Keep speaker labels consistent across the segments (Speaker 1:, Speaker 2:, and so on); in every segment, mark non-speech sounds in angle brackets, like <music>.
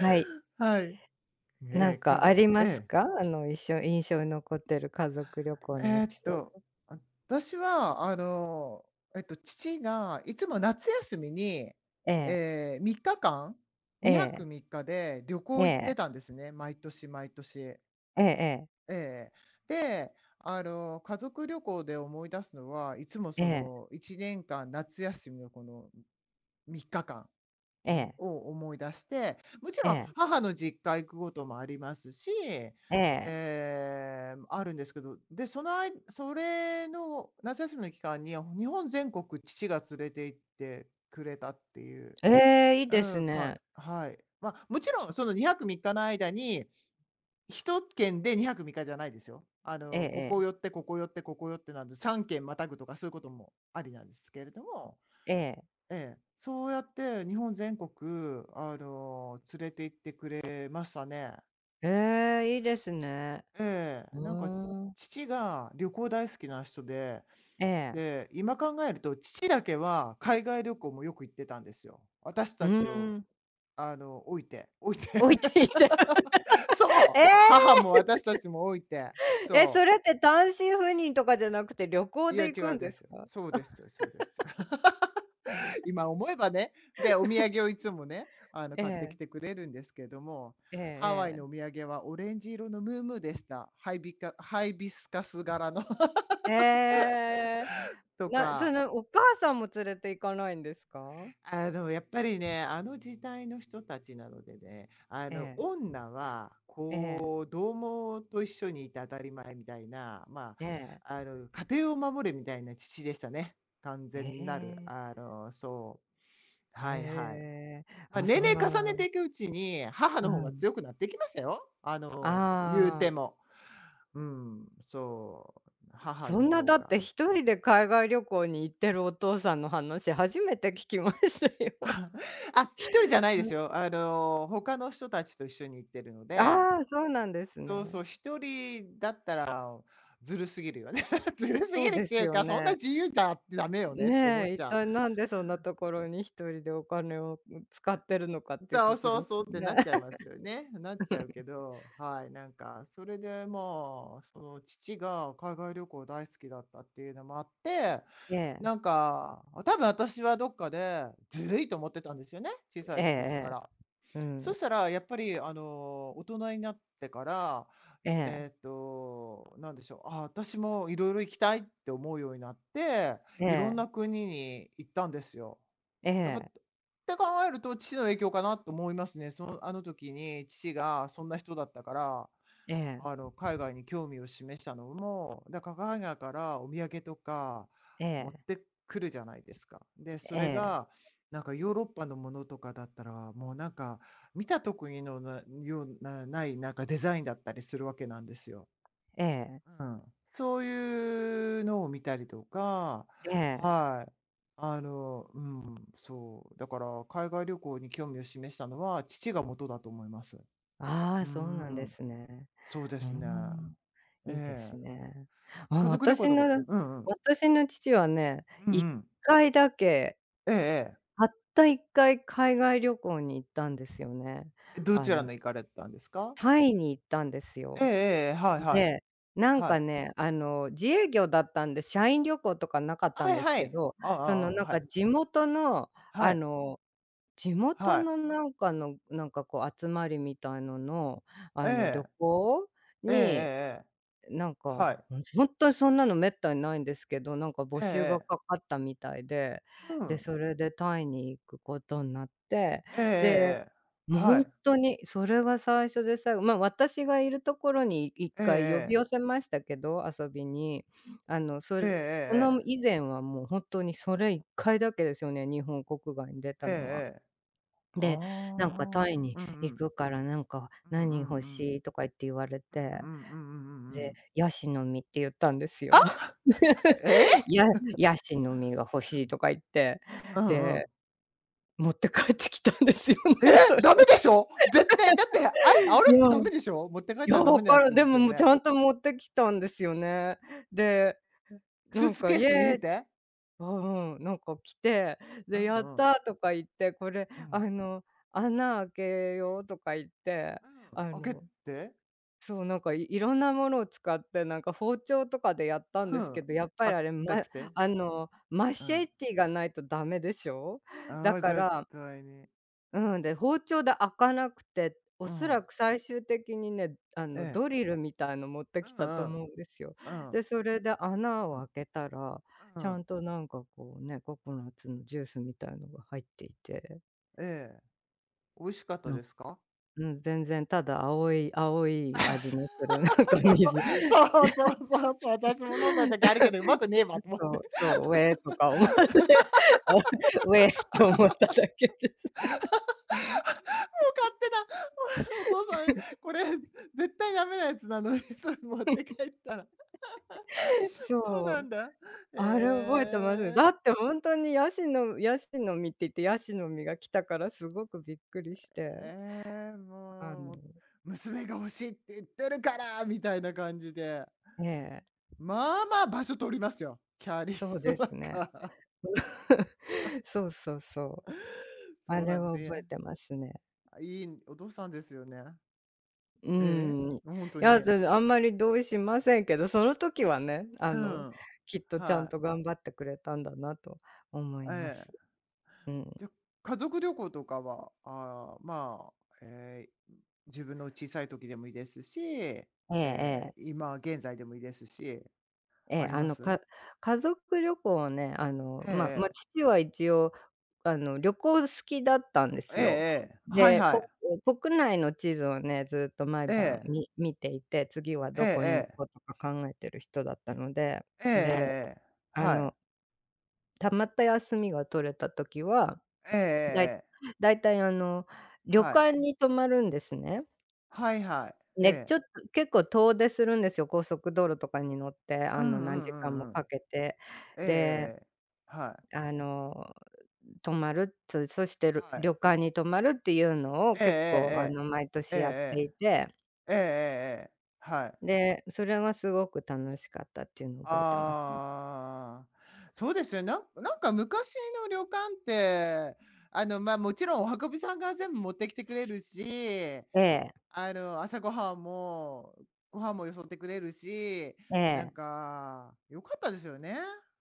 Speaker 1: はい。
Speaker 2: はい。
Speaker 1: なん
Speaker 2: えー
Speaker 1: かあ
Speaker 2: か
Speaker 1: ります
Speaker 2: ええ。
Speaker 1: か？印象に残ってる家族旅行のエ
Speaker 2: えー
Speaker 1: ピ
Speaker 2: っ
Speaker 1: ソ
Speaker 2: と、
Speaker 1: ー。
Speaker 2: 私は、父がいつも夏休みに、
Speaker 1: ええ、
Speaker 2: ええ、3日間、
Speaker 1: え
Speaker 2: 2泊
Speaker 1: え、
Speaker 2: 3日で旅行行って
Speaker 1: え
Speaker 2: た
Speaker 1: え、
Speaker 2: んですね、毎年毎年。え
Speaker 1: ええ
Speaker 2: え。で、あの、家族旅行で思い出すのは、いつも
Speaker 1: え
Speaker 2: そ
Speaker 1: え、
Speaker 2: の1年間夏休みのこの3日間
Speaker 1: ええ、
Speaker 2: を思い出して、もち
Speaker 1: ええ、え
Speaker 2: ろん
Speaker 1: え、
Speaker 2: 母の実家行くこともありますし、
Speaker 1: ええ。
Speaker 2: あるんですけど、で、そのあいそれの夏休みの期間に、日本全国父が連れて行ってくれたっていう、
Speaker 1: ええ、いい
Speaker 2: う
Speaker 1: です
Speaker 2: ん、
Speaker 1: ね。
Speaker 2: はい。まあ、もちろんその2泊3日の間に、一県で2泊3日じゃないですよ。あ
Speaker 1: ええ
Speaker 2: の、
Speaker 1: え
Speaker 2: ここ
Speaker 1: え、
Speaker 2: 寄って、ここ寄って、ここ寄ってなんで、3県またぐとかそういうこともありなんですけれども、
Speaker 1: ええ。
Speaker 2: ええ、そうやって日本全国、あの、連れて行ってくれましたね。
Speaker 1: ええ、いいですね。
Speaker 2: え
Speaker 1: う
Speaker 2: え、なんか
Speaker 1: ーん。
Speaker 2: 父が旅行大好きな人で、
Speaker 1: ええ。
Speaker 2: で、今考えると父だけは海外旅行もよく行ってたんですよ。私
Speaker 1: う
Speaker 2: たちを、
Speaker 1: ーん。
Speaker 2: あの、置いて、置い
Speaker 1: <laughs>
Speaker 2: て。
Speaker 1: 置いていて。
Speaker 2: <laughs>
Speaker 1: <laughs>
Speaker 2: そ
Speaker 1: え
Speaker 2: う、母も
Speaker 1: え！
Speaker 2: 私たちも置いて。
Speaker 1: え、そ
Speaker 2: そ。
Speaker 1: れって単身赴任とかじゃなくて、旅行
Speaker 2: いや、
Speaker 1: で行
Speaker 2: 違
Speaker 1: く
Speaker 2: う
Speaker 1: ん
Speaker 2: で
Speaker 1: で
Speaker 2: す
Speaker 1: す
Speaker 2: よ。
Speaker 1: か？
Speaker 2: そうですよ、そうですよ。<laughs> 今思えばね、で、お土産をいつもね、あの、
Speaker 1: え
Speaker 2: 買ってき
Speaker 1: え、
Speaker 2: てくれるんですけども、
Speaker 1: え
Speaker 2: ハワイ
Speaker 1: え
Speaker 2: の
Speaker 1: え
Speaker 2: お土産はオレンジ色のムームーでした。ハイビスカス柄の <laughs>
Speaker 1: え。ええ。
Speaker 2: と
Speaker 1: そ
Speaker 2: か、
Speaker 1: のお母さんも連れて行かないんですか？
Speaker 2: あの、やっぱりね、あの時代の人たちなのでね、あ
Speaker 1: え
Speaker 2: の、
Speaker 1: え、
Speaker 2: 女は、
Speaker 1: ええ、
Speaker 2: こう、同もと一緒にいて当たり前みたいな、ま
Speaker 1: え
Speaker 2: あ、
Speaker 1: え。
Speaker 2: あの、家庭を守れみたいな父でしたね。完
Speaker 1: え
Speaker 2: 全なる、
Speaker 1: え。
Speaker 2: あの、そう、
Speaker 1: ええええ
Speaker 2: はいはい。
Speaker 1: ええええええええ、
Speaker 2: まあ、
Speaker 1: あ、
Speaker 2: 年
Speaker 1: そん
Speaker 2: 齢重ね
Speaker 1: な、
Speaker 2: ていくうちに、母
Speaker 1: う
Speaker 2: の方が
Speaker 1: ん。
Speaker 2: 強くなってきましたよ。あの、言う
Speaker 1: あ
Speaker 2: て
Speaker 1: あ、
Speaker 2: も。うん、そう、母
Speaker 1: そ
Speaker 2: の
Speaker 1: んな
Speaker 2: 方
Speaker 1: だっ
Speaker 2: が。
Speaker 1: て一人で海外旅行に行ってるお父さんの話、初めて聞きましたよ。
Speaker 2: あ、1人じゃないですよ。あの、他の人たちと一緒に行ってるので、
Speaker 1: ああ、そうなんです
Speaker 2: そう
Speaker 1: ね。
Speaker 2: そう、1人だったらずるすぎるよね。<laughs> ずるすぎ
Speaker 1: そう
Speaker 2: るっ
Speaker 1: で
Speaker 2: て
Speaker 1: す
Speaker 2: いう
Speaker 1: よ
Speaker 2: か、そんな
Speaker 1: ね。
Speaker 2: 自由じゃダメよねって思っ
Speaker 1: ねえ、一
Speaker 2: ちゃう。
Speaker 1: 体なんでそんなところに一人でお金を使ってるのかっていう
Speaker 2: そう
Speaker 1: こと
Speaker 2: そう
Speaker 1: です
Speaker 2: そう
Speaker 1: よ
Speaker 2: ってな
Speaker 1: ね。
Speaker 2: っちゃい
Speaker 1: <laughs>
Speaker 2: ますよね。なっちゃうけど、はい、なんか、それでまあ、その父が海外旅行大好きだったっていうのもあって、
Speaker 1: ええ、
Speaker 2: なんか、多分私はどっかでずるいと思ってたんですよね、小さ
Speaker 1: ええ
Speaker 2: い時か
Speaker 1: え
Speaker 2: ら。
Speaker 1: え、う
Speaker 2: そ
Speaker 1: ん、
Speaker 2: したらやっぱりあの、大人になってから、
Speaker 1: ええ、
Speaker 2: なんでしょう、ああ、私もいろいろ行きたいって思うようになって、
Speaker 1: え
Speaker 2: いろん
Speaker 1: え、
Speaker 2: な国に行ったんですよ。
Speaker 1: え
Speaker 2: やっぱ、っ
Speaker 1: え。
Speaker 2: て考えると、父の影響かなと思いますね。そのあの時に父がそんな人だったから、
Speaker 1: え
Speaker 2: あ
Speaker 1: え、
Speaker 2: の、海外に興味を示したのも、だから海外からお土産とか
Speaker 1: え
Speaker 2: 持っ
Speaker 1: え、
Speaker 2: てくるじゃないですか。で、そ
Speaker 1: え
Speaker 2: れ
Speaker 1: え、
Speaker 2: が、なんかヨーロッパのものとかだったら、もうなんか見たとこにのなようなない、なんかデザインだったりするわけなんですよ。
Speaker 1: ええ、
Speaker 2: うん。そういうのを見たりとか、
Speaker 1: ええ。
Speaker 2: はい。あの、うん、そう。だから海外旅行に興味を示したのは、父が元だと思います。う
Speaker 1: ああ、
Speaker 2: ー
Speaker 1: そうなんで
Speaker 2: ん、
Speaker 1: すね。
Speaker 2: そうで
Speaker 1: うー
Speaker 2: すね。
Speaker 1: ん、
Speaker 2: え
Speaker 1: いいです
Speaker 2: え。
Speaker 1: ね。あ、
Speaker 2: 家族旅行とかうんうん。
Speaker 1: 私の父はね、
Speaker 2: うんう
Speaker 1: 一
Speaker 2: ん。
Speaker 1: 回だけ、
Speaker 2: ええええ。
Speaker 1: たった一回海外旅行に行ったんですよね。
Speaker 2: どち
Speaker 1: あ
Speaker 2: ら
Speaker 1: の、
Speaker 2: の行かれたんですか？
Speaker 1: タイに行ったんですよ。
Speaker 2: ええええええ、はいはい。
Speaker 1: で、なん
Speaker 2: はい。
Speaker 1: かね、あの、自営業だったんで、社員旅行とかなかった
Speaker 2: は
Speaker 1: ん
Speaker 2: い
Speaker 1: です
Speaker 2: は
Speaker 1: け
Speaker 2: い。
Speaker 1: ど、
Speaker 2: ああ
Speaker 1: そ
Speaker 2: あ
Speaker 1: の、
Speaker 2: あ、
Speaker 1: なん
Speaker 2: は
Speaker 1: か
Speaker 2: い。
Speaker 1: 地元の、
Speaker 2: は
Speaker 1: あ
Speaker 2: い。
Speaker 1: の地元
Speaker 2: はい。
Speaker 1: のなんかの、なんかこう集まりみたいのの、
Speaker 2: え
Speaker 1: あの、旅
Speaker 2: え。
Speaker 1: 行
Speaker 2: ええええ
Speaker 1: に、
Speaker 2: ええ。
Speaker 1: なんか、
Speaker 2: はい。
Speaker 1: ほんとにそんなの滅多にないんですけど、なんか募
Speaker 2: ええ
Speaker 1: 集が
Speaker 2: ええ。
Speaker 1: かかったみたいで、
Speaker 2: う
Speaker 1: で、
Speaker 2: ん。
Speaker 1: それでタイに行くことんなって、
Speaker 2: ええええ
Speaker 1: で、
Speaker 2: ええ。
Speaker 1: もう
Speaker 2: は
Speaker 1: ほん
Speaker 2: い。
Speaker 1: とにそれが最初で最後、ま、私がいるところに1
Speaker 2: ええ
Speaker 1: 回呼び寄
Speaker 2: ええ。
Speaker 1: せましたけど、遊びに。あの、
Speaker 2: ええええ
Speaker 1: その
Speaker 2: ええ。
Speaker 1: 以前はもうほんとにそれ1回だけですよね、日本国外に出た
Speaker 2: ええ
Speaker 1: のは。
Speaker 2: ええ。
Speaker 1: で、
Speaker 2: あ
Speaker 1: なんかタ
Speaker 2: あ。
Speaker 1: イに
Speaker 2: うんう
Speaker 1: 行
Speaker 2: ん。
Speaker 1: くからなんか
Speaker 2: うんうんう
Speaker 1: 「何欲
Speaker 2: ん。
Speaker 1: しい？」とか言って言われ
Speaker 2: うんうん
Speaker 1: て、
Speaker 2: うんうんうんう
Speaker 1: で、
Speaker 2: ん。
Speaker 1: ヤシの実って言ったんですよ。
Speaker 2: あ？<laughs> ええ？
Speaker 1: <laughs> やヤシの実が欲しいとか言って、
Speaker 2: うんうん。
Speaker 1: で、持って帰ってきたんですよ
Speaker 2: え
Speaker 1: ね、それ。
Speaker 2: ダメでしょ？絶対、だって、あれあ
Speaker 1: <laughs>
Speaker 2: れってダ
Speaker 1: い
Speaker 2: メでしょ？持って帰っ
Speaker 1: や、
Speaker 2: たらダメ
Speaker 1: わ
Speaker 2: な
Speaker 1: か
Speaker 2: や
Speaker 1: る、
Speaker 2: つ
Speaker 1: で
Speaker 2: です
Speaker 1: も、
Speaker 2: よ
Speaker 1: もうち
Speaker 2: ね？
Speaker 1: ゃんと持ってきたんですよね。で、な
Speaker 2: スー
Speaker 1: ん
Speaker 2: ツ
Speaker 1: か
Speaker 2: ケー
Speaker 1: 「イ
Speaker 2: スに入
Speaker 1: エ
Speaker 2: れ
Speaker 1: ーイ」、
Speaker 2: て？
Speaker 1: うんうん、なんか来て、
Speaker 2: う
Speaker 1: で「やっ
Speaker 2: んうん。
Speaker 1: た」とか言って「これ、
Speaker 2: う
Speaker 1: あ
Speaker 2: ん。
Speaker 1: の、穴開けよう」とか言って、あ
Speaker 2: うん、開け
Speaker 1: の
Speaker 2: て、
Speaker 1: そう、なんか、いろんなものを使って、なんか、包丁とかでやったんで
Speaker 2: う
Speaker 1: すけ
Speaker 2: ん、
Speaker 1: ど、やっぱりあれ、ま、
Speaker 2: 硬くて。
Speaker 1: あの、マ
Speaker 2: う
Speaker 1: シェ
Speaker 2: ん。
Speaker 1: ティがないとダメでしょ。
Speaker 2: あ
Speaker 1: だ
Speaker 2: あ、
Speaker 1: か
Speaker 2: 絶
Speaker 1: ら、
Speaker 2: 対に。
Speaker 1: うん、で、包丁で開かなくて、お
Speaker 2: う
Speaker 1: そら
Speaker 2: ん。
Speaker 1: く最終的にね、あ
Speaker 2: え
Speaker 1: の、
Speaker 2: え。
Speaker 1: ドリルみたいの持って
Speaker 2: うう
Speaker 1: きたと
Speaker 2: ん。ん
Speaker 1: 思うんですよ。
Speaker 2: うん。
Speaker 1: で、それで穴
Speaker 2: う
Speaker 1: を
Speaker 2: ん。
Speaker 1: 開けたら、
Speaker 2: う
Speaker 1: ちゃ
Speaker 2: ん。
Speaker 1: んと、なんか、こうね、ココナッツのジュースみたいのが入っていて、
Speaker 2: ええ。美味しかった
Speaker 1: な
Speaker 2: ですか？
Speaker 1: うん、全然ただ青い青い味のする、なんか、水、
Speaker 2: <laughs> そう、そうそうそうそう、私も飲んだ時あるけど、うまくねえわと思っ
Speaker 1: そ
Speaker 2: て。
Speaker 1: う、ウェーとか思って、あ、<laughs> ウェーって思っただけで。
Speaker 2: 勝手な、お父さん、これ絶対ダメなやつなのに、それ持って帰ったら。
Speaker 1: <laughs>
Speaker 2: そうな
Speaker 1: そ
Speaker 2: ん
Speaker 1: う、
Speaker 2: だ。
Speaker 1: あれ覚えてます。
Speaker 2: ええ。
Speaker 1: だってほんとにヤシの実って言って、ヤシの実が来たからすごくびっくりして、
Speaker 2: ええ、
Speaker 1: あの、
Speaker 2: もう、娘が欲しいって言ってるから、みたいな感じで。
Speaker 1: ええ、
Speaker 2: まあまあ場所取りますよ。キャリー
Speaker 1: そう
Speaker 2: の
Speaker 1: ですね。
Speaker 2: 中。
Speaker 1: <laughs> そう。
Speaker 2: そ
Speaker 1: あ
Speaker 2: うな
Speaker 1: れ
Speaker 2: んです
Speaker 1: は覚え
Speaker 2: ね。
Speaker 1: てますね。
Speaker 2: いいお父さんですよね。
Speaker 1: う
Speaker 2: え
Speaker 1: ーん。い
Speaker 2: え、本当
Speaker 1: や、
Speaker 2: に。
Speaker 1: それあんまり同意しませんけど、その時はね、あ
Speaker 2: う
Speaker 1: の、
Speaker 2: ん。
Speaker 1: きっとちゃん
Speaker 2: はい。
Speaker 1: と頑張ってくれたんだなと思
Speaker 2: え
Speaker 1: います。
Speaker 2: え。
Speaker 1: うん。
Speaker 2: で、家族旅行とかは、まあ、えー自分の小さい時でもいいですし、
Speaker 1: ええええ。
Speaker 2: 今現在でもいいですし、
Speaker 1: え
Speaker 2: あ
Speaker 1: え、
Speaker 2: り
Speaker 1: あ
Speaker 2: ま
Speaker 1: の、
Speaker 2: す？
Speaker 1: 家族旅行はね、あの、
Speaker 2: ええ
Speaker 1: ま、
Speaker 2: ええ。
Speaker 1: 父は一応、あの、旅行好きだったんで
Speaker 2: え
Speaker 1: す
Speaker 2: ええ
Speaker 1: よ。
Speaker 2: え。はい
Speaker 1: で、
Speaker 2: はい。
Speaker 1: 国内の地図をね、ずっと毎
Speaker 2: え
Speaker 1: 晩
Speaker 2: え。
Speaker 1: 見ていて、次は
Speaker 2: ええ
Speaker 1: どこに行
Speaker 2: ええ。
Speaker 1: こうとか考えてる人だったので、
Speaker 2: ええええ
Speaker 1: で、
Speaker 2: ええ。
Speaker 1: あ
Speaker 2: はい。
Speaker 1: の、たまった休みが取れた時は、
Speaker 2: ええええ
Speaker 1: だい
Speaker 2: ええ
Speaker 1: 大体あの、
Speaker 2: えええ
Speaker 1: 旅
Speaker 2: えはいええ
Speaker 1: 館
Speaker 2: え
Speaker 1: に泊まるんですね。
Speaker 2: えはいはい。え
Speaker 1: で、
Speaker 2: え。
Speaker 1: ちょっと結構遠出するんですよ、高速道路とかに乗って、
Speaker 2: う
Speaker 1: あ
Speaker 2: んう
Speaker 1: の、何時
Speaker 2: ん
Speaker 1: 間
Speaker 2: う
Speaker 1: も
Speaker 2: んうん。
Speaker 1: かけて。
Speaker 2: えええ
Speaker 1: で、
Speaker 2: えええ。はい。
Speaker 1: あの、泊まる、そそしてる
Speaker 2: はい。
Speaker 1: 旅館に泊まるっていうのを結構、あの、毎
Speaker 2: え
Speaker 1: 年やって
Speaker 2: え
Speaker 1: いて、
Speaker 2: え。ええええ。ええええええ。はい。
Speaker 1: で、それがすごく楽しかったっていうのを覚えてますね。
Speaker 2: ああ、そうですよね。なんか昔の旅館って、あの、ま、もちろんお運びさんが全部持ってきてくれるし、
Speaker 1: ええ、
Speaker 2: あの、朝ごはんもご飯もよそってくれるし、
Speaker 1: え
Speaker 2: なん
Speaker 1: え、
Speaker 2: か良かったですよね。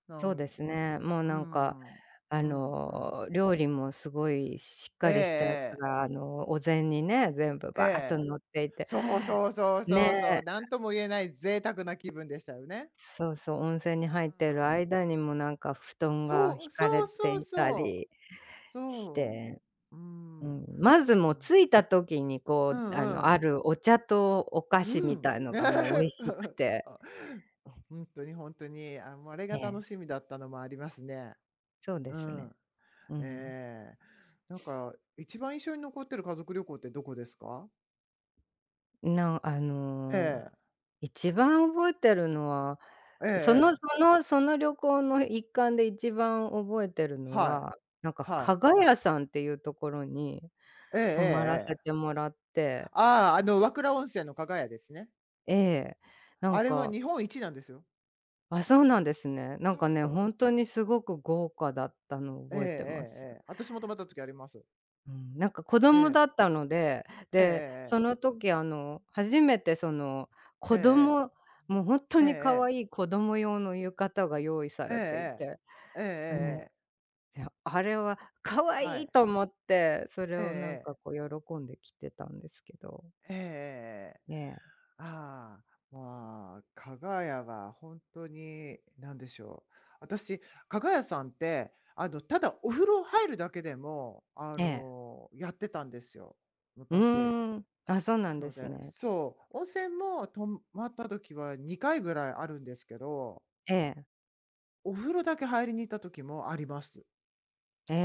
Speaker 2: な
Speaker 1: そう
Speaker 2: ん
Speaker 1: ですね。もう
Speaker 2: う
Speaker 1: なんか、
Speaker 2: ん。
Speaker 1: あ
Speaker 2: うんうん。
Speaker 1: の、料理もすごいしっ
Speaker 2: え
Speaker 1: か
Speaker 2: え
Speaker 1: りしたやつ
Speaker 2: ええ。
Speaker 1: が、あの、お膳にね、全部
Speaker 2: え
Speaker 1: バーっと
Speaker 2: え。
Speaker 1: 乗っていて、
Speaker 2: そうそうそうそうそ
Speaker 1: ね、
Speaker 2: う、なんとも言えない贅沢な気分でしたよね。
Speaker 1: そうそう、温泉に入っ
Speaker 2: う
Speaker 1: てる
Speaker 2: んうん。
Speaker 1: 間にもなんか布団が
Speaker 2: そう、
Speaker 1: 敷か
Speaker 2: そ
Speaker 1: れ
Speaker 2: う
Speaker 1: て
Speaker 2: そう
Speaker 1: いた
Speaker 2: そう。
Speaker 1: りし
Speaker 2: そ
Speaker 1: て、
Speaker 2: う。う
Speaker 1: う
Speaker 2: ん。
Speaker 1: ん、まず
Speaker 2: う
Speaker 1: もう
Speaker 2: ん。
Speaker 1: 着いた時に
Speaker 2: う
Speaker 1: こう、
Speaker 2: ん
Speaker 1: あの、
Speaker 2: う
Speaker 1: あ
Speaker 2: ん。
Speaker 1: るお茶とお菓
Speaker 2: う
Speaker 1: 子み
Speaker 2: ん。
Speaker 1: たいのがもう美味しく
Speaker 2: <laughs>
Speaker 1: て、
Speaker 2: あ、ほ本当に、あ、もうあれが
Speaker 1: え
Speaker 2: 楽
Speaker 1: え、
Speaker 2: しみだったのもありますね。
Speaker 1: そうで
Speaker 2: う
Speaker 1: すね。
Speaker 2: ん。
Speaker 1: うん。
Speaker 2: ええ。なんか、一番印象に残ってる家族旅行ってどこですか？
Speaker 1: あ
Speaker 2: え
Speaker 1: の、
Speaker 2: え。
Speaker 1: 一番覚えてるのは、
Speaker 2: ええ
Speaker 1: その
Speaker 2: え
Speaker 1: そ
Speaker 2: え。
Speaker 1: のその旅行の一環で一番覚えてるの
Speaker 2: はい。
Speaker 1: は、なんか
Speaker 2: は
Speaker 1: 加
Speaker 2: い。
Speaker 1: 賀屋さんっていうところに
Speaker 2: ええええ
Speaker 1: 泊まら
Speaker 2: え
Speaker 1: せ
Speaker 2: え。
Speaker 1: てもらって、
Speaker 2: ああ、あの、和倉温泉の加賀屋ですね。
Speaker 1: ええ、な
Speaker 2: あ
Speaker 1: ん
Speaker 2: れは
Speaker 1: か、
Speaker 2: 日本一なんですよ。
Speaker 1: あ、そうなんですね。な
Speaker 2: そ
Speaker 1: んかね、
Speaker 2: う。
Speaker 1: ほんとにすごく豪華だったのを
Speaker 2: ええええ
Speaker 1: 覚えてます。
Speaker 2: ええ。私も泊まった時あります。
Speaker 1: うん、なんか子
Speaker 2: え
Speaker 1: 供だ
Speaker 2: え。
Speaker 1: ったので、
Speaker 2: えええ
Speaker 1: で、
Speaker 2: え
Speaker 1: その
Speaker 2: え。
Speaker 1: 時あの、初めてその、
Speaker 2: え
Speaker 1: 子供、もうほんと
Speaker 2: えええ。ええ
Speaker 1: に可
Speaker 2: ええ。
Speaker 1: 愛い子供用の浴衣が用意さ
Speaker 2: え
Speaker 1: れてい
Speaker 2: え
Speaker 1: て、ええ、
Speaker 2: ええ。
Speaker 1: で、あれは
Speaker 2: ええええええええ。
Speaker 1: 可
Speaker 2: は
Speaker 1: 愛い
Speaker 2: い。
Speaker 1: と思って、それ
Speaker 2: ええ
Speaker 1: をなん
Speaker 2: え
Speaker 1: か
Speaker 2: え。
Speaker 1: こう喜んで着てたんですけ
Speaker 2: ええええはいえええええええ
Speaker 1: ど、
Speaker 2: え
Speaker 1: ええ、
Speaker 2: ああ、まあ、加賀屋は本当に何でしょう。私、加賀屋さんって、あの、ただお風呂入るだけでも、あ
Speaker 1: ええ、
Speaker 2: の、やってたんですよ、
Speaker 1: う
Speaker 2: 昔。
Speaker 1: ーん、あ、そうな
Speaker 2: な
Speaker 1: んで
Speaker 2: の
Speaker 1: す
Speaker 2: で
Speaker 1: ね。
Speaker 2: そう、温泉も泊まった時は2回ぐらいあるんですけど、
Speaker 1: ええ、
Speaker 2: お風呂だけ入りに行った時もあります。
Speaker 1: ええ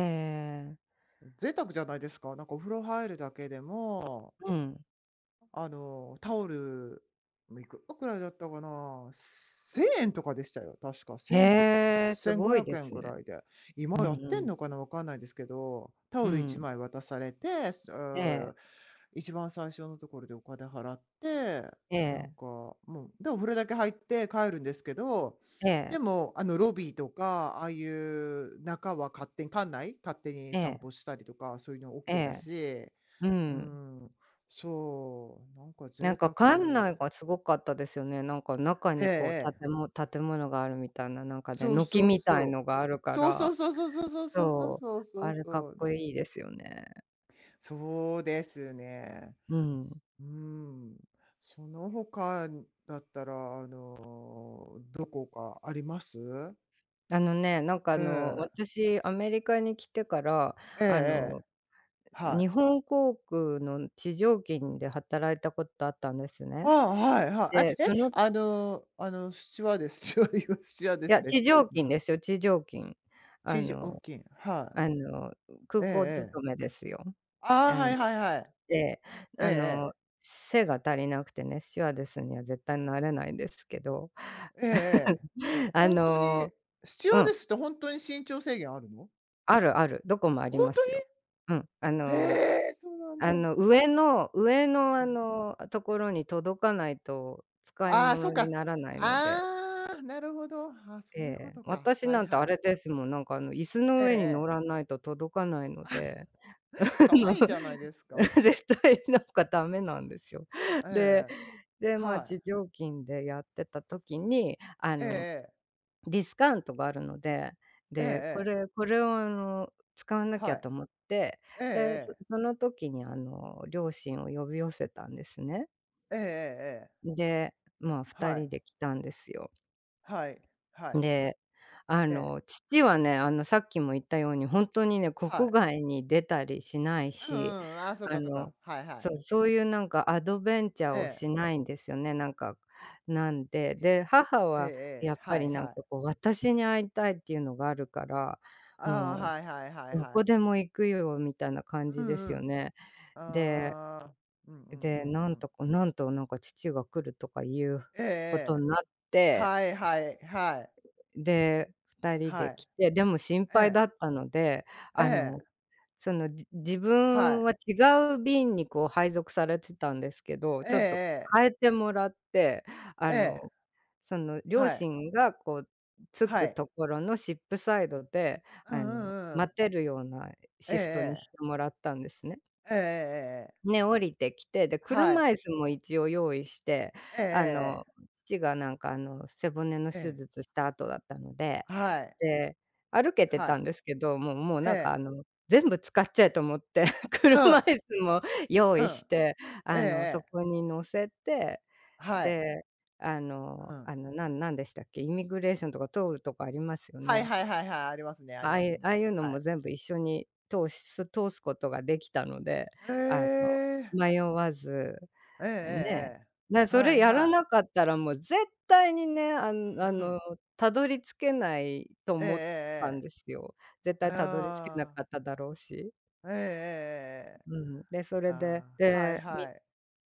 Speaker 1: ええ。
Speaker 2: 贅沢じゃないですか。なんかお風呂入るだけでも
Speaker 1: うん。
Speaker 2: あの、タオル、いくらくらいだったかな、1000円とかでしたよ、確か1000円とか、
Speaker 1: へえ、すご
Speaker 2: 1500
Speaker 1: いで
Speaker 2: 円
Speaker 1: す
Speaker 2: ぐ
Speaker 1: ね。
Speaker 2: らいで。
Speaker 1: うん
Speaker 2: 買っ
Speaker 1: う
Speaker 2: てん
Speaker 1: ん。
Speaker 2: のかな、わかんないですけど、タ
Speaker 1: う
Speaker 2: オル1
Speaker 1: ん。
Speaker 2: 枚渡されて、
Speaker 1: ええ、
Speaker 2: 一番最初のところでお金払って、
Speaker 1: え
Speaker 2: なん
Speaker 1: え、
Speaker 2: か、もう、で、お風呂だけ入って帰るんですけど、
Speaker 1: え
Speaker 2: で
Speaker 1: え、
Speaker 2: も、あの、ロビーとか、ああいう中は勝手に館内、勝手に
Speaker 1: え
Speaker 2: 散
Speaker 1: え、
Speaker 2: 歩したりとか、そういうのオッ
Speaker 1: え
Speaker 2: ケーだ
Speaker 1: え。
Speaker 2: し、
Speaker 1: う
Speaker 2: う
Speaker 1: ん。
Speaker 2: ん、そう、なんか
Speaker 1: な
Speaker 2: 贅
Speaker 1: んか
Speaker 2: 沢。
Speaker 1: 館内がすごかったですよね。なんか中
Speaker 2: ええ、え
Speaker 1: にこう
Speaker 2: え。
Speaker 1: 建物があるみたいな、なんかね、
Speaker 2: そう
Speaker 1: 軒
Speaker 2: そう
Speaker 1: みたい
Speaker 2: そ
Speaker 1: の
Speaker 2: う。
Speaker 1: があるか
Speaker 2: そうそ
Speaker 1: ら、
Speaker 2: うそうそうそうそうそうそう
Speaker 1: そう、
Speaker 2: そうそう
Speaker 1: あれかっ
Speaker 2: そう。
Speaker 1: こいいですよね。
Speaker 2: そうですね。
Speaker 1: うん。
Speaker 2: うん。その他だったら、あの、どこかあります？
Speaker 1: あのね、なんかあの、
Speaker 2: ええ。
Speaker 1: 私アメリカに来てから、
Speaker 2: えええ
Speaker 1: あの、
Speaker 2: え。は
Speaker 1: 日
Speaker 2: い。
Speaker 1: 本航空の地上勤で働いたことあったんです
Speaker 2: あ
Speaker 1: ね。
Speaker 2: あ、はいは
Speaker 1: で、
Speaker 2: い。え、え、あのあの、シワで
Speaker 1: い
Speaker 2: す。
Speaker 1: や、
Speaker 2: でし
Speaker 1: 地上勤
Speaker 2: じ
Speaker 1: ですよ、地上勤。あ
Speaker 2: ちじお
Speaker 1: の
Speaker 2: きは
Speaker 1: あの、
Speaker 2: い。
Speaker 1: 空
Speaker 2: えええ
Speaker 1: 港
Speaker 2: え。
Speaker 1: 勤めですよ。
Speaker 2: ああ、
Speaker 1: あ
Speaker 2: は
Speaker 1: の、
Speaker 2: いはいはい。
Speaker 1: で、
Speaker 2: ええ
Speaker 1: あ
Speaker 2: え
Speaker 1: の、
Speaker 2: え。
Speaker 1: 背が足りなくてね、スチュワーデスには絶対なれないんですけど。
Speaker 2: えええ
Speaker 1: <laughs>
Speaker 2: え。
Speaker 1: あ
Speaker 2: ほんとに、
Speaker 1: の、
Speaker 2: スチュワ
Speaker 1: う
Speaker 2: ーデ
Speaker 1: ん、
Speaker 2: スってほんとに身長制限あるの？
Speaker 1: あるある、どこもあ
Speaker 2: ほ
Speaker 1: り
Speaker 2: ん
Speaker 1: ま
Speaker 2: と
Speaker 1: すよ。うん、あ
Speaker 2: に？へ
Speaker 1: の、
Speaker 2: え、そうなんだ。
Speaker 1: あ
Speaker 2: う
Speaker 1: の、上のあ
Speaker 2: ん。
Speaker 1: の、ところに届かないと使い
Speaker 2: ああ、そう
Speaker 1: 物に
Speaker 2: か。
Speaker 1: ならないので、
Speaker 2: ああ、なるほど。あ、
Speaker 1: え
Speaker 2: そういうこ
Speaker 1: え、
Speaker 2: とか。
Speaker 1: 私
Speaker 2: はい
Speaker 1: なんて
Speaker 2: は
Speaker 1: あ
Speaker 2: い。
Speaker 1: れですもん、なんかあの、椅子
Speaker 2: え
Speaker 1: の
Speaker 2: え
Speaker 1: 上に
Speaker 2: え
Speaker 1: 乗
Speaker 2: え。
Speaker 1: らないと届かないの
Speaker 2: <laughs> あ
Speaker 1: で、あ
Speaker 2: 可
Speaker 1: の、
Speaker 2: 愛いじゃない
Speaker 1: <laughs>
Speaker 2: ですか。
Speaker 1: 絶対なんかダメなんですよ。
Speaker 2: <laughs> ええ
Speaker 1: で、
Speaker 2: ええ。
Speaker 1: で、まあ、
Speaker 2: はい。
Speaker 1: 地上金でやってた時に、あ
Speaker 2: えええ
Speaker 1: の、
Speaker 2: え。
Speaker 1: ディスカウントがあるので、
Speaker 2: ええ
Speaker 1: で、
Speaker 2: ええ。
Speaker 1: これを、あの、使わなき
Speaker 2: は
Speaker 1: ゃ
Speaker 2: い。
Speaker 1: と思って、
Speaker 2: ええ
Speaker 1: で、
Speaker 2: ええ。
Speaker 1: その時に、あの、両親を呼び寄せたんですね。
Speaker 2: ええええええ。
Speaker 1: で、まあ、2
Speaker 2: はい。
Speaker 1: 人で来たんですよ。
Speaker 2: はい。はい。
Speaker 1: で、あ
Speaker 2: ええ。
Speaker 1: の、父はね、あの、さっきも言ったように、ほんと
Speaker 2: はいええええええええはいはいはい
Speaker 1: にね、国
Speaker 2: ええはい
Speaker 1: 外に出たりしない
Speaker 2: うんう
Speaker 1: し、
Speaker 2: ん。ああ、そう
Speaker 1: あ
Speaker 2: かそうか。
Speaker 1: の、
Speaker 2: はいはい。
Speaker 1: そう、そういうなんかアドベンチャー
Speaker 2: え
Speaker 1: を
Speaker 2: え。
Speaker 1: しないんですよね、なんか。なんで、
Speaker 2: ええ
Speaker 1: で、母は
Speaker 2: え
Speaker 1: や
Speaker 2: え。
Speaker 1: っぱ
Speaker 2: はい
Speaker 1: りなん
Speaker 2: はい。
Speaker 1: かこう、私に会いたいっていうのがあるから、
Speaker 2: ああ、
Speaker 1: も
Speaker 2: はいはいはい
Speaker 1: うど
Speaker 2: はい。
Speaker 1: こでも行くよみたいな感
Speaker 2: う
Speaker 1: じです
Speaker 2: んう
Speaker 1: よ
Speaker 2: ん。
Speaker 1: ね。で、
Speaker 2: ああ。うんうんう
Speaker 1: で、
Speaker 2: んうん。
Speaker 1: なんか父が来るとかいう
Speaker 2: えええ
Speaker 1: こと
Speaker 2: え。
Speaker 1: になって、
Speaker 2: はいはい、はい。
Speaker 1: で、2人
Speaker 2: は
Speaker 1: で
Speaker 2: い。
Speaker 1: 来て、でも心
Speaker 2: え
Speaker 1: 配
Speaker 2: え、
Speaker 1: だったので、
Speaker 2: え
Speaker 1: あ
Speaker 2: え、
Speaker 1: の、その、自
Speaker 2: は
Speaker 1: 分
Speaker 2: い。
Speaker 1: は違う便にこう配属されてたんですけど、ちょっと
Speaker 2: ええ
Speaker 1: 変えてもらって、あ
Speaker 2: ええ、え
Speaker 1: の、
Speaker 2: え、
Speaker 1: その両
Speaker 2: はい、
Speaker 1: 親がこう着
Speaker 2: は
Speaker 1: く
Speaker 2: い。
Speaker 1: ところのシップサイドで、
Speaker 2: う
Speaker 1: あ
Speaker 2: んう
Speaker 1: の、
Speaker 2: んうん。
Speaker 1: 待てるようなシフトに
Speaker 2: え
Speaker 1: し
Speaker 2: え
Speaker 1: てもらったんですね。
Speaker 2: ええ、ええええええ、
Speaker 1: で、降りてきて、で、
Speaker 2: は
Speaker 1: 車
Speaker 2: い。
Speaker 1: 椅子も一応用意して、
Speaker 2: ええええ
Speaker 1: あの、
Speaker 2: ええ、
Speaker 1: 父がなんかあの、背骨の
Speaker 2: え
Speaker 1: 手
Speaker 2: え、
Speaker 1: 術した後だったので、
Speaker 2: はい、
Speaker 1: て、歩けて
Speaker 2: は
Speaker 1: たん
Speaker 2: い。
Speaker 1: ですけど、もう
Speaker 2: え
Speaker 1: なんかあ
Speaker 2: え、
Speaker 1: の、全部使っちゃえと思って、<laughs>
Speaker 2: う
Speaker 1: 車
Speaker 2: ん、
Speaker 1: 椅子も用
Speaker 2: う
Speaker 1: 意し
Speaker 2: ん、
Speaker 1: て、
Speaker 2: ええ
Speaker 1: あの、そ
Speaker 2: え
Speaker 1: こ
Speaker 2: え
Speaker 1: に乗せて、
Speaker 2: はい、
Speaker 1: で、
Speaker 2: うん。
Speaker 1: なんでしたっけ、イミグレーションとか通るとこありますよ
Speaker 2: はい
Speaker 1: ね。
Speaker 2: はいはいはい、ありますねあります
Speaker 1: あ
Speaker 2: ね。
Speaker 1: あいうの
Speaker 2: は
Speaker 1: も
Speaker 2: い。
Speaker 1: 全部一緒に通すことができたので、
Speaker 2: へ
Speaker 1: あの、
Speaker 2: え。
Speaker 1: 迷わず
Speaker 2: ええええ
Speaker 1: ね、
Speaker 2: ええ。
Speaker 1: え、ね、そ
Speaker 2: は
Speaker 1: れ
Speaker 2: い
Speaker 1: やら
Speaker 2: はい。
Speaker 1: なかったらもう絶対にね、
Speaker 2: うん
Speaker 1: あ
Speaker 2: う
Speaker 1: の、
Speaker 2: ん。
Speaker 1: たどり着けないと
Speaker 2: えええ
Speaker 1: 思ったん
Speaker 2: え
Speaker 1: ですよ。絶
Speaker 2: え
Speaker 1: 対
Speaker 2: え。
Speaker 1: たどり着けな
Speaker 2: ああ、
Speaker 1: かっただろうし。
Speaker 2: ええええええ。
Speaker 1: うん。で、それで、
Speaker 2: ああ、はい
Speaker 1: で、み
Speaker 2: はい。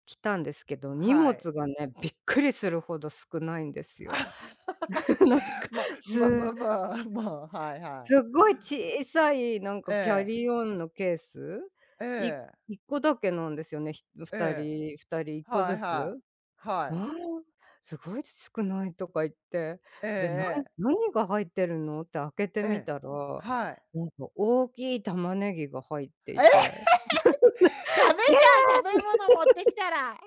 Speaker 1: 来たんですけど、荷
Speaker 2: はい。
Speaker 1: 物がね、びっくりするほど少ないんです
Speaker 2: あ
Speaker 1: よ。<laughs> なんか、
Speaker 2: <laughs> まあ、まあま
Speaker 1: す
Speaker 2: あまあ、<laughs> まあ、はいは
Speaker 1: すっ
Speaker 2: い。
Speaker 1: ごい小さいなん
Speaker 2: え
Speaker 1: かキャ
Speaker 2: え、
Speaker 1: リーオンのケース、
Speaker 2: え
Speaker 1: い
Speaker 2: え、
Speaker 1: 1個だけなんですよね、人
Speaker 2: え
Speaker 1: 2
Speaker 2: え、
Speaker 1: 人1個
Speaker 2: はい
Speaker 1: ずつ。
Speaker 2: はい。は
Speaker 1: あ
Speaker 2: い。
Speaker 1: あ、すごい少ないとか言って、で、
Speaker 2: ええ
Speaker 1: 何が入ってるのって開けて
Speaker 2: ええ、
Speaker 1: み
Speaker 2: ええ、
Speaker 1: たら、
Speaker 2: はい。
Speaker 1: なんか大きい玉ねぎが入って
Speaker 2: <laughs>
Speaker 1: い
Speaker 2: ええ！
Speaker 1: て、
Speaker 2: <laughs> ダメ
Speaker 1: 「ええ！
Speaker 2: じゃん、食べ物持ってきたら。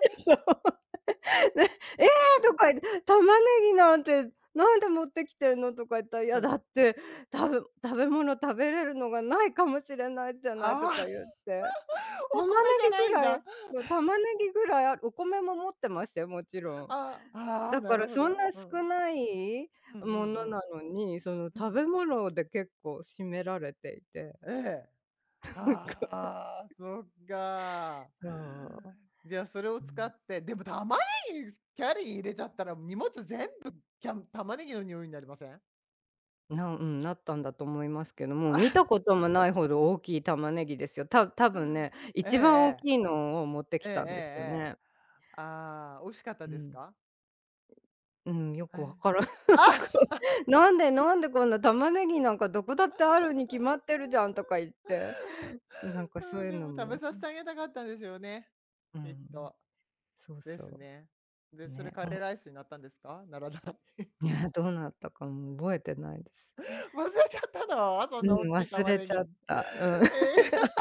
Speaker 1: <laughs> ね、ええ！」とか言って、「玉ねぎなんてなんで持ってきてんの？」とか言ったら、「い
Speaker 2: う
Speaker 1: や、だ
Speaker 2: ん。
Speaker 1: って、食べ物食べれるのがないかもしれないじゃ
Speaker 2: <laughs>
Speaker 1: ない」
Speaker 2: ああ、
Speaker 1: とか言って、
Speaker 2: <laughs> お
Speaker 1: 玉ね
Speaker 2: 米じゃ
Speaker 1: ぎ
Speaker 2: な
Speaker 1: ぐ
Speaker 2: いん
Speaker 1: らい
Speaker 2: だ。
Speaker 1: そう、玉ねぎぐらい、あるお米も持ってますよ、もちろん。
Speaker 2: ああ、ああ、
Speaker 1: だ
Speaker 2: な
Speaker 1: か
Speaker 2: る
Speaker 1: ら
Speaker 2: ほ
Speaker 1: そんな
Speaker 2: ど。う
Speaker 1: 少
Speaker 2: ん。
Speaker 1: ない
Speaker 2: うんう
Speaker 1: も
Speaker 2: んう
Speaker 1: の
Speaker 2: ん。
Speaker 1: なのに、その
Speaker 2: う
Speaker 1: 食
Speaker 2: ん。
Speaker 1: べ物で結構占められていて、
Speaker 2: ええ。
Speaker 1: なんか、
Speaker 2: ああ、そっか。
Speaker 1: そう、
Speaker 2: じゃあそれを
Speaker 1: う
Speaker 2: 使
Speaker 1: ん、
Speaker 2: って、でも玉ねぎ、キャリーに入れちゃったら荷物全部、キャン玉ねぎの匂いになりません？
Speaker 1: うん、なったんだと思いますけども、見たこともないほど大きい玉ねぎですよ。多分ね、
Speaker 2: <laughs> ええ
Speaker 1: 一番大き
Speaker 2: え
Speaker 1: いのを持って
Speaker 2: え。
Speaker 1: き
Speaker 2: ええええええ
Speaker 1: たんですよ
Speaker 2: えええ
Speaker 1: ね。
Speaker 2: ああ、美味しかった
Speaker 1: う
Speaker 2: です
Speaker 1: ん。
Speaker 2: か？
Speaker 1: うん、よくわからん。
Speaker 2: <laughs>
Speaker 1: <laughs> なんか、
Speaker 2: あ
Speaker 1: 「なんでなんでこんな玉ねぎなんかどこだってあるに決まってるじゃん」とか言って、なんか
Speaker 2: あ、
Speaker 1: そ
Speaker 2: う
Speaker 1: う
Speaker 2: ん
Speaker 1: いう
Speaker 2: でも
Speaker 1: の
Speaker 2: 食べ
Speaker 1: も、
Speaker 2: させてあげたかったんですよね。
Speaker 1: う
Speaker 2: きっ
Speaker 1: ん、
Speaker 2: と。
Speaker 1: そう
Speaker 2: です
Speaker 1: そ
Speaker 2: ね。で、それ
Speaker 1: ね、
Speaker 2: カレーライスになったんですか？ならない。
Speaker 1: いや、<laughs> どうなったかも覚えてないです。
Speaker 2: 忘れちゃったの？そんな大
Speaker 1: うん、
Speaker 2: きい
Speaker 1: 忘
Speaker 2: 玉
Speaker 1: れ
Speaker 2: ね
Speaker 1: ち
Speaker 2: ぎ。
Speaker 1: ゃった。うん。
Speaker 2: えー